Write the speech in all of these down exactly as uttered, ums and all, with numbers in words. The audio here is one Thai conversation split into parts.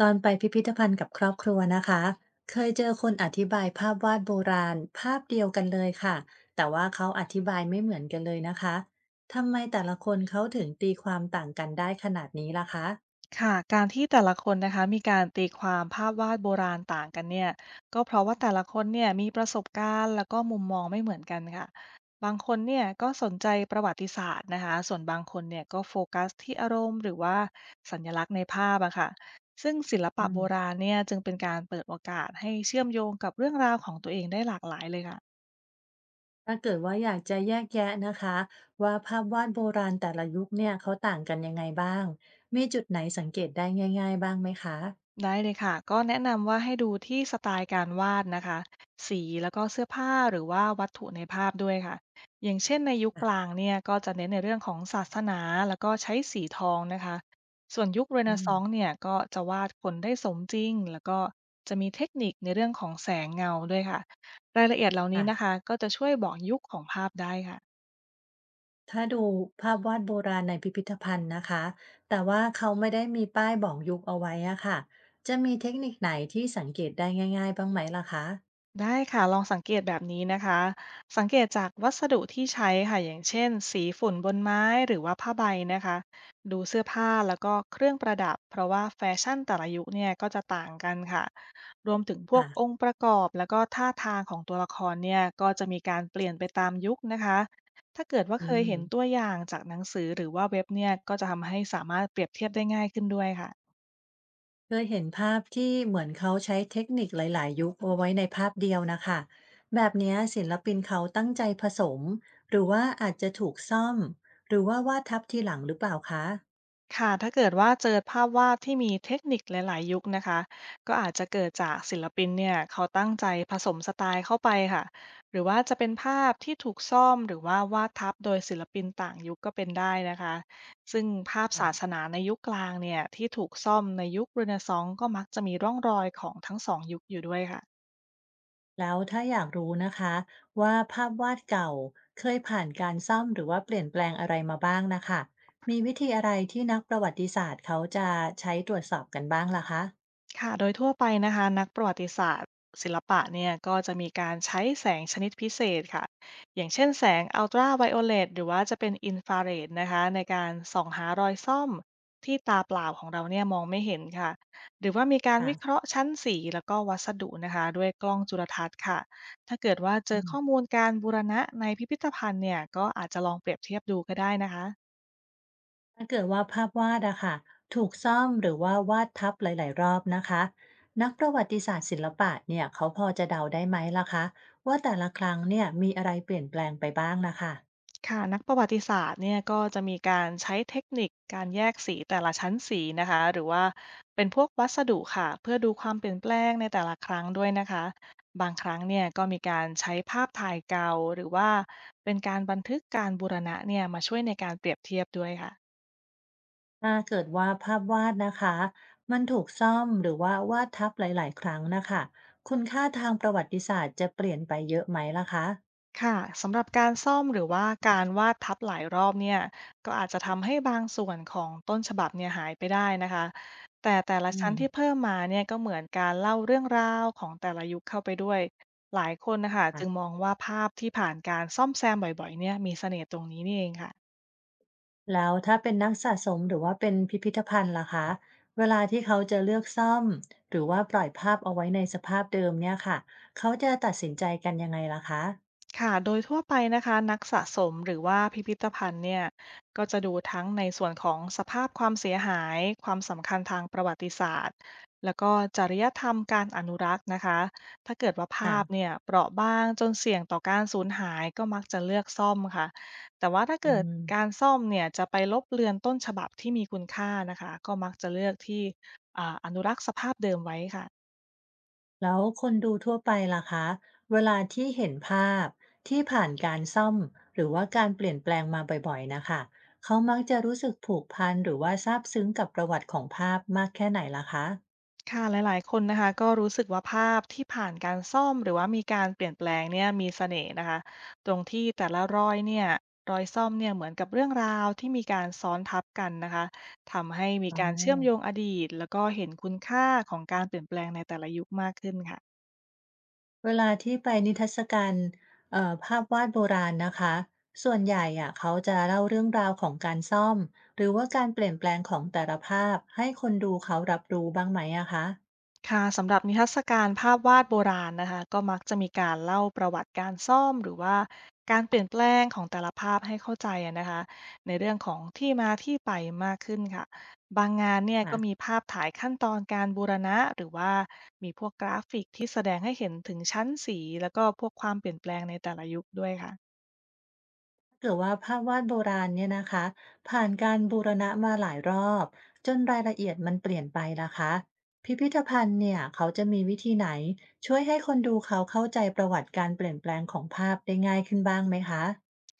ตอนไปพิพิธภัณฑ์กับครอบครัวนะคะเคยเจอคนอธิบายภาพวาดโบราณภาพเดียวกันเลยค่ะแต่ว่าเขาอธิบายไม่เหมือนกันเลยนะคะทำไมแต่ละคนเขาถึงตีความต่างกันได้ขนาดนี้ล่ะคะค่ะการที่แต่ละคนนะคะมีการตีความภาพวาดโบราณต่างกันเนี่ยก็เพราะว่าแต่ละคนเนี่ยมีประสบการณ์แล้วก็มุมมองไม่เหมือนกันค่ะบางคนเนี่ยก็สนใจประวัติศาสตร์นะคะส่วนบางคนเนี่ยก็โฟกัสที่อารมณ์หรือว่าสัญลักษณ์ในภาพอะค่ะซึ่งศิลปะอืโบรามณเนี่ยจึงเป็นการเปิดโอกาสให้เชื่อมโยงกับเรื่องราวของตัวเองได้หลากหลายเลยค่ะ ถ้าเกิดว่าอยากจะแยกแยะนะคะว่าภาพวาดโบราณแต่ละยุคเนี่ยเขาต่างกันยังไงบ้างมีจุดไหนสังเกตได้ง่ายๆบ้างไหมคะได้เลยค่ะก็แนะนำว่าให้ดูที่สไตล์การวาดนะคะสีแล้วก็เสื้อผ้าหรือว่าวัตถุในภาพด้วยค่ะอย่างเช่นในยุคอ่ะกลางเนี่ยก็จะเน้นในเรื่องของศาสนาแล้วก็ใช้สีทองนะคะส่วนยุคเรเนอืซมองส์เนี่ยก็จะวาดคนได้สมจริงแล้วก็จะมีเทคนิคในเรื่องของแสงเงาด้วยค่ะรายละเอียดเหล่านี้ค่ะ นะคะก็จะช่วยบอกยุคของภาพได้ค่ะ ถ้าดูภาพวาดโบราณในพิพิธภัณฑ์นะคะแต่ว่าเขาไม่ได้มีป้ายบอกยุคเอาไว้อะค่ะจะมีเทคนิคไหนที่สังเกตได้ง่ายๆบ้างไหมล่ะคะได้ค่ะลองสังเกตแบบนี้นะคะสังเกตจากวัสดุที่ใช้ค่ะอย่างเช่นสีฝุ่นบนไม้หรือว่าผ้าใบนะคะดูเสื้อผ้าแล้วก็เครื่องประดับเพราะว่าแฟชั่นแต่ละยุคเนี่ยก็จะต่างกันค่ะรวมถึงพวกองค่ะค์ประกอบแล้วก็ท่าทางของตัวละครเนี่ยก็จะมีการเปลี่ยนไปตามยุคนะคะถ้าเกิดว่าอืเคยม เห็นตัวอย่างจากหนังสือหรือว่าเว็บเนี่ยก็จะทำให้สามารถเปรียบเทียบได้ง่ายขึ้นด้วยค่ะ เคยเห็นภาพที่เหมือนเขาใช้เทคนิคหลายๆยุคเอาไว้ในภาพเดียวนะคะ แบบเนี้ยศิลปินเขาตั้งใจผสมหรือว่าอาจจะถูกซ่อมหรือว่าวาดทับทีหลังหรือเปล่าคะ ค่ะถ้าเกิดว่าเจอภาพวาดที่มีเทคนิคหลายๆยุคนะคะก็อาจจะเกิดจากศิลปินเนี่ยเขาตั้งใจผสมสไตล์เข้าไปค่ะหรือว่าจะเป็นภาพที่ถูกซ่อมหรือว่าวาดทับโดยศิลปินต่างยุคก็เป็นได้นะคะซึ่งภาพศาสนาในยุคกลางเนี่ยที่ถูกซ่อมในยุคเรเนซองส์ก็มักจะมีร่องรอยของทั้งสองยุคอยู่ด้วยค่ะ แล้วถ้าอยากรู้นะคะว่าภาพวาดเก่าเคยผ่านการซ่อมหรือว่าเปลี่ยนแปลงอะไรมาบ้างนะคะมีวิธีอะไรที่นักประวัติศาสตร์เขาจะใช้ตรวจสอบกันบ้างล่ะคะค่ะโดยทั่วไปนะคะนักประวัติศาสตร์ศิลปะเนี่ยก็จะมีการใช้แสงชนิดพิเศษค่ะอย่างเช่นแสงอัลตราไวโอเลตหรือว่าจะเป็นอินฟราเรดนะคะในการส่องหารอยซ่อมที่ตาเปล่าของเราเนี่ยมองไม่เห็นค่ะหรือว่ามีการค่ะวิเคราะห์ชั้นสีแล้วก็วัสดุนะคะด้วยกล้องจุลทรรศน์ค่ะถ้าเกิดว่าเจอือมข้อมูลการบูรณะในพิพิธภัณฑ์เนี่ยก็อาจจะลองเปรียบเทียบดูก็ได้นะคะ ถ้าเกิดว่าภาพวาดอะค่ะถูกซ่อมหรือว่าวาดทับหลายๆรอบนะคะนักประวัติศาสตร์ศิลปะเนี่ยเขาพอจะเดาได้ไหมล่ะคะว่าแต่ละครั้งเนี่ยมีอะไรเปลี่ยนแปลงไปบ้างนะคะ ค่ะนักประวัติศาสตร์เนี่ยก็จะมีการใช้เทคนิคการแยกสีแต่ละชั้นสีนะคะหรือว่าเป็นพวกวัสดุค่ะเพื่อดูความเปลี่ยนแปลงในแต่ละครั้งด้วยนะคะบางครั้งเนี่ยก็มีการใช้ภาพถ่ายเก่าหรือว่าเป็นการบันทึกการบูรณะเนี่ยมาช่วยในการเปรียบเทียบด้วยค่ะ ถ้าเกิดว่าภาพวาดนะคะมันถูกซ่อมหรือว่าวาดทับหลายๆครั้งนะคะคุณค่าทางประวัติศาสตร์จะเปลี่ยนไปเยอะไหมล่ะคะค่ะสำหรับการซ่อมหรือว่าการวาดทับหลายรอบเนี่ยก็อาจจะทำให้บางส่วนของต้นฉบับเนี่ยหายไปได้นะคะแต่แต่ละอืชั้มนที่เพิ่มมาเนี่ยก็เหมือนการเล่าเรื่องราวของแต่ละยุคเข้าไปด้วยหลายคนนะคะจึงมค่ะองว่าภาพที่ผ่านการซ่อมแซมบ่อยๆเนี่ยมีเสน่ห์ตรงนี้นี่เองค่ะ แล้วถ้าเป็นนักสะสมหรือว่าเป็นพิพิธภัณฑ์ล่ะคะเวลาที่เขาจะเลือกซ่อมหรือว่าปล่อยภาพเอาไว้ในสภาพเดิมเนี่ยค่ะเขาจะตัดสินใจกันยังไงล่ะคะค่ะโดยทั่วไปนะคะนักสะสมหรือว่าพิพิธภัณฑ์เนี่ยก็จะดูทั้งในส่วนของสภาพความเสียหายความสำคัญทางประวัติศาสตร์แล้วก็จริยธรรมการอนุรักษ์นะคะถ้าเกิดว่าภาพค่ะเนี่ยเปราะบางจนเสี่ยงต่อการสูญหายก็มักจะเลือกซ่อมค่ะแต่ว่าถ้าอืเกิดม การซ่อมเนี่ยจะไปลบเลือนต้นฉบับที่มีคุณค่านะคะก็มักจะเลือกที่อาอนุรักษ์สภาพเดิมไว้ค่ะ แล้วคนดูทั่วไปล่ะคะเวลาที่เห็นภาพที่ผ่านการซ่อมหรือว่าการเปลี่ยนแปลงมาบ่อยๆนะคะเขามักจะรู้สึกผูกพันหรือว่าซาบซึ้งกับประวัติของภาพมากแค่ไหนล่ะคะค่ะหลายๆคนนะคะก็รู้สึกว่าภาพที่ผ่านการซ่อมหรือว่ามีการเปลี่ยนแปลงเนี่ยมีเสน่ห์นะคะตรงที่แต่ละรอยเนี่ยรอยซ่อมเนี่ยเหมือนกับเรื่องราวที่มีการซ้อนทับกันนะคะทำให้มีอ๋อการเชื่อมโยงอดีตแล้วก็เห็นคุณค่าของการเปลี่ยนแปลงในแต่ละยุคมากขึ้นค่ะ เวลาที่ไปนิทรรศการเอ่อภาพวาดโบราณนะคะส่วนใหญ่อะเขาจะเล่าเรื่องราวของการซ่อมหรือว่าการเปลี่ยนแปลงของแต่ละภาพให้คนดูเขารับรู้บ้างไหมอะคะ ค่ะสำหรับนิทรรศการภาพวาดโบราณนะคะก็มักจะมีการเล่าประวัติการซ่อมหรือว่าการเปลี่ยนแปลงของแต่ละภาพให้เข้าใจอะนะคะในเรื่องของที่มาที่ไปมากขึ้นค่ะบางงานเนี่ยก็มีภาพถ่ายขั้นตอนการบูรณะหรือว่ามีพวกกราฟิกที่แสดงให้เห็นถึงชั้นสีแล้วก็พวกความเปลี่ยนแปลงในแต่ละยุคด้วยค่ะ กือว่าภาพวาดโบราณเนี่ยนะคะผ่านการบูรณะมาหลายรอบจนรายละเอียดมันเปลี่ยนไปล่ะคะพิพิธภัณฑ์เนี่ยเขาจะมีวิธีไหนช่วยให้คนดูเขาเข้าใจประวัติการเปลี่ยนแปลงของภาพได้ง่ายขึ้นบ้างไหมคะ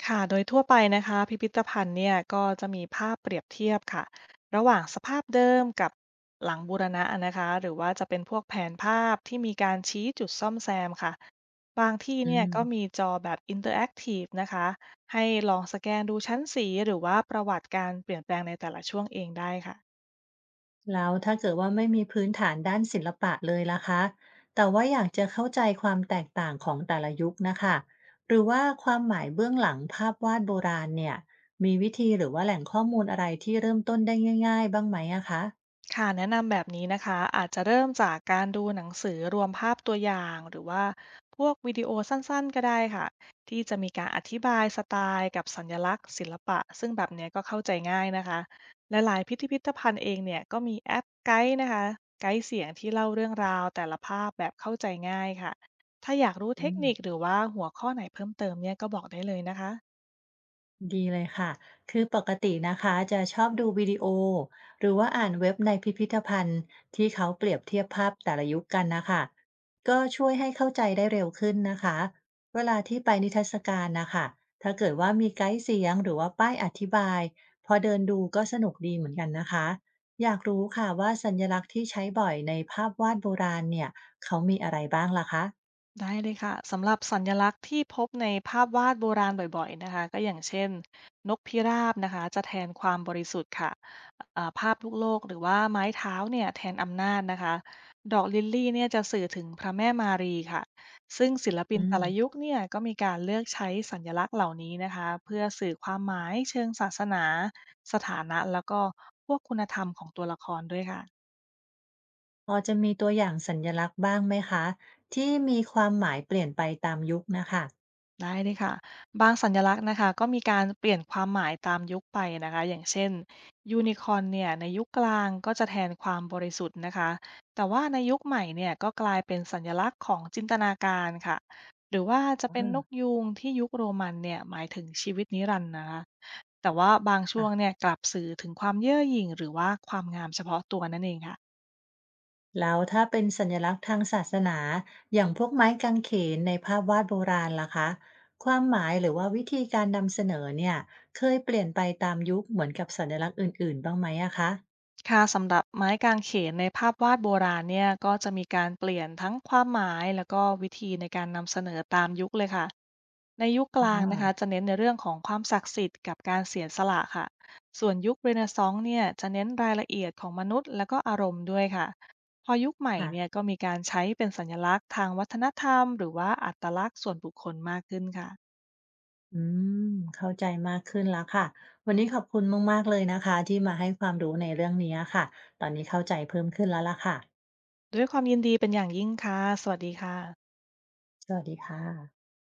ค่ะโดยทั่วไปนะคะพิพิธภัณฑ์เนี่ยก็จะมีภาพเปรียบเทียบค่ะระหว่างสภาพเดิมกับหลังบูรณะนะคะหรือว่าจะเป็นพวกแผนภาพที่มีการชี้จุดซ่อมแซมค่ะบางที่อืเนี่ยมก็มีจอแบบอินเตอร์แอคทีฟนะคะให้ลองสแกนดูชั้นสีหรือว่าประวัติการเปลี่ยนแปลงในแต่ละช่วงเองได้ค่ะ แล้วถ้าเกิดว่าไม่มีพื้นฐานด้านศิลปะเลยล่ะคะแต่ว่าอยากจะเข้าใจความแตกต่างของแต่ละยุคนะคะหรือว่าความหมายเบื้องหลังภาพวาดโบราณเนี่ยมีวิธีหรือว่าแหล่งข้อมูลอะไรที่เริ่มต้นได้ง่ายๆบ้างไหมอะคะ ค่ะแนะนำแบบนี้นะคะอาจจะเริ่มจากการดูหนังสือรวมภาพตัวอย่างหรือว่าพวกวิดีโอสั้นๆก็ได้ค่ะที่จะมีการอธิบายสไตล์กับสัญลักษณ์ศิลปะซึ่งแบบเนี้ยก็เข้าใจง่ายนะคะและหลายพิพิธภัณฑ์เองเนี่ยก็มีแอปไกด์นะคะไกด์เสียงที่เล่าเรื่องราวแต่ละภาพแบบเข้าใจง่ายค่ะถ้าอยากรู้เทอืคมนิคหรือว่าหัวข้อไหนเพิ่มเติมเนี่ยก็บอกได้เลยนะคะ ดีเลยค่ะ คือปกตินะคะจะชอบดูวิดีโอหรือว่าอ่านเว็บในพิพิธภัณฑ์ที่เขาเปรียบเทียบภาพแต่ละยุคกันนะคะก็ช่วยให้เข้าใจได้เร็วขึ้นนะคะเวลาที่ไปนิทรรศการนะคะถ้าเกิดว่ามีไกด์เสียงหรือว่าป้ายอธิบายพอเดินดูก็สนุกดีเหมือนกันนะคะอยากรู้ค่ะว่าสัญลักษณ์ที่ใช้บ่อยในภาพวาดโบราณเนี่ยเขามีอะไรบ้างล่ะคะได้เลยค่ะสำหรับสัญลักษณ์ที่พบในภาพวาดโบราณบ่อยๆนะคะก็อย่างเช่นนกพิราบนะคะจะแทนความบริสุทธิ์ค่ะอ่าภาพลูกโลกหรือว่าไม้เท้าเนี่ยแทนอำนาจนะคะดอกลิลลี่เนี่ยจะสื่อถึงพระแม่มารีค่ะซึ่งศิลปิอืนม แต่ละยุคเนี่ยก็มีการเลือกใช้สัญลักษณ์เหล่านี้นะคะเพื่อสื่อความหมายเชิงศาสนาสถานะแล้วก็พวกคุณธรรมของตัวละครด้วยค่ะ พอจะมีตัวอย่างสัญลักษณ์บ้างไหมคะที่มีความหมายเปลี่ยนไปตามยุคนะคะได้เลยค่ะบางสัญลักษณ์นะคะก็มีการเปลี่ยนความหมายตามยุคไปนะคะอย่างเช่นยูนิคอร์เนี่ยในยุคกลางก็จะแทนความบริสุทธิ์นะคะแต่ว่าในยุคใหม่เนี่ยก็กลายเป็นสัญลักษณ์ของจินตนาการค่ะหรือว่าจะอืเป็นมนกยูงที่ยุคโรมันเนี่ยหมายถึงชีวิตนิรันดร์นะคะแต่ว่าบางช่วงเนี่ยค่ะกลับสื่อถึงความเย่อหยิ่งหรือว่าความงามเฉพาะตัวนั่นเองค่ะ แล้วถ้าเป็นสัญลักษณ์ทางศาสนาอย่างพวกไม้กางเขนในภาพวาดโบราณล่ะคะความหมายหรือว่าวิธีการนำเสนอเนี่ยเคยเปลี่ยนไปตามยุคเหมือนกับสัญลักษณ์อื่นๆบ้างไหมอะคะค่ะสำหรับไม้กางเขนในภาพวาดโบราณเนี่ยก็จะมีการเปลี่ยนทั้งความหมายแล้วก็วิธีในการนำเสนอตามยุคเลยค่ะในยุคกอ๋อลางนะคะจะเน้นในเรื่องของความศักดิ์สิทธิ์กับการเสียสละค่ะส่วนยุคเรเนซองส์เนี่ยจะเน้นรายละเอียดของมนุษย์และก็อารมณ์ด้วยค่ะพอยุคใหม่เนี่ยค่ะก็มีการใช้เป็นสัญลักษณ์ทางวัฒนธรรมหรือว่าอัตลักษณ์ส่วนบุคคลมากขึ้นค่ะอืมเข้าใจมากขึ้นแล้วค่ะวันนี้ขอบคุณมากๆเลยนะคะที่มาให้ความรู้ในเรื่องนี้ค่ะตอนนี้เข้าใจเพิ่มขึ้นแล้วล่ะค่ะด้วยความยินดีเป็นอย่างยิ่งค่ะสวัสดีค่ะสวัสดีค่ะ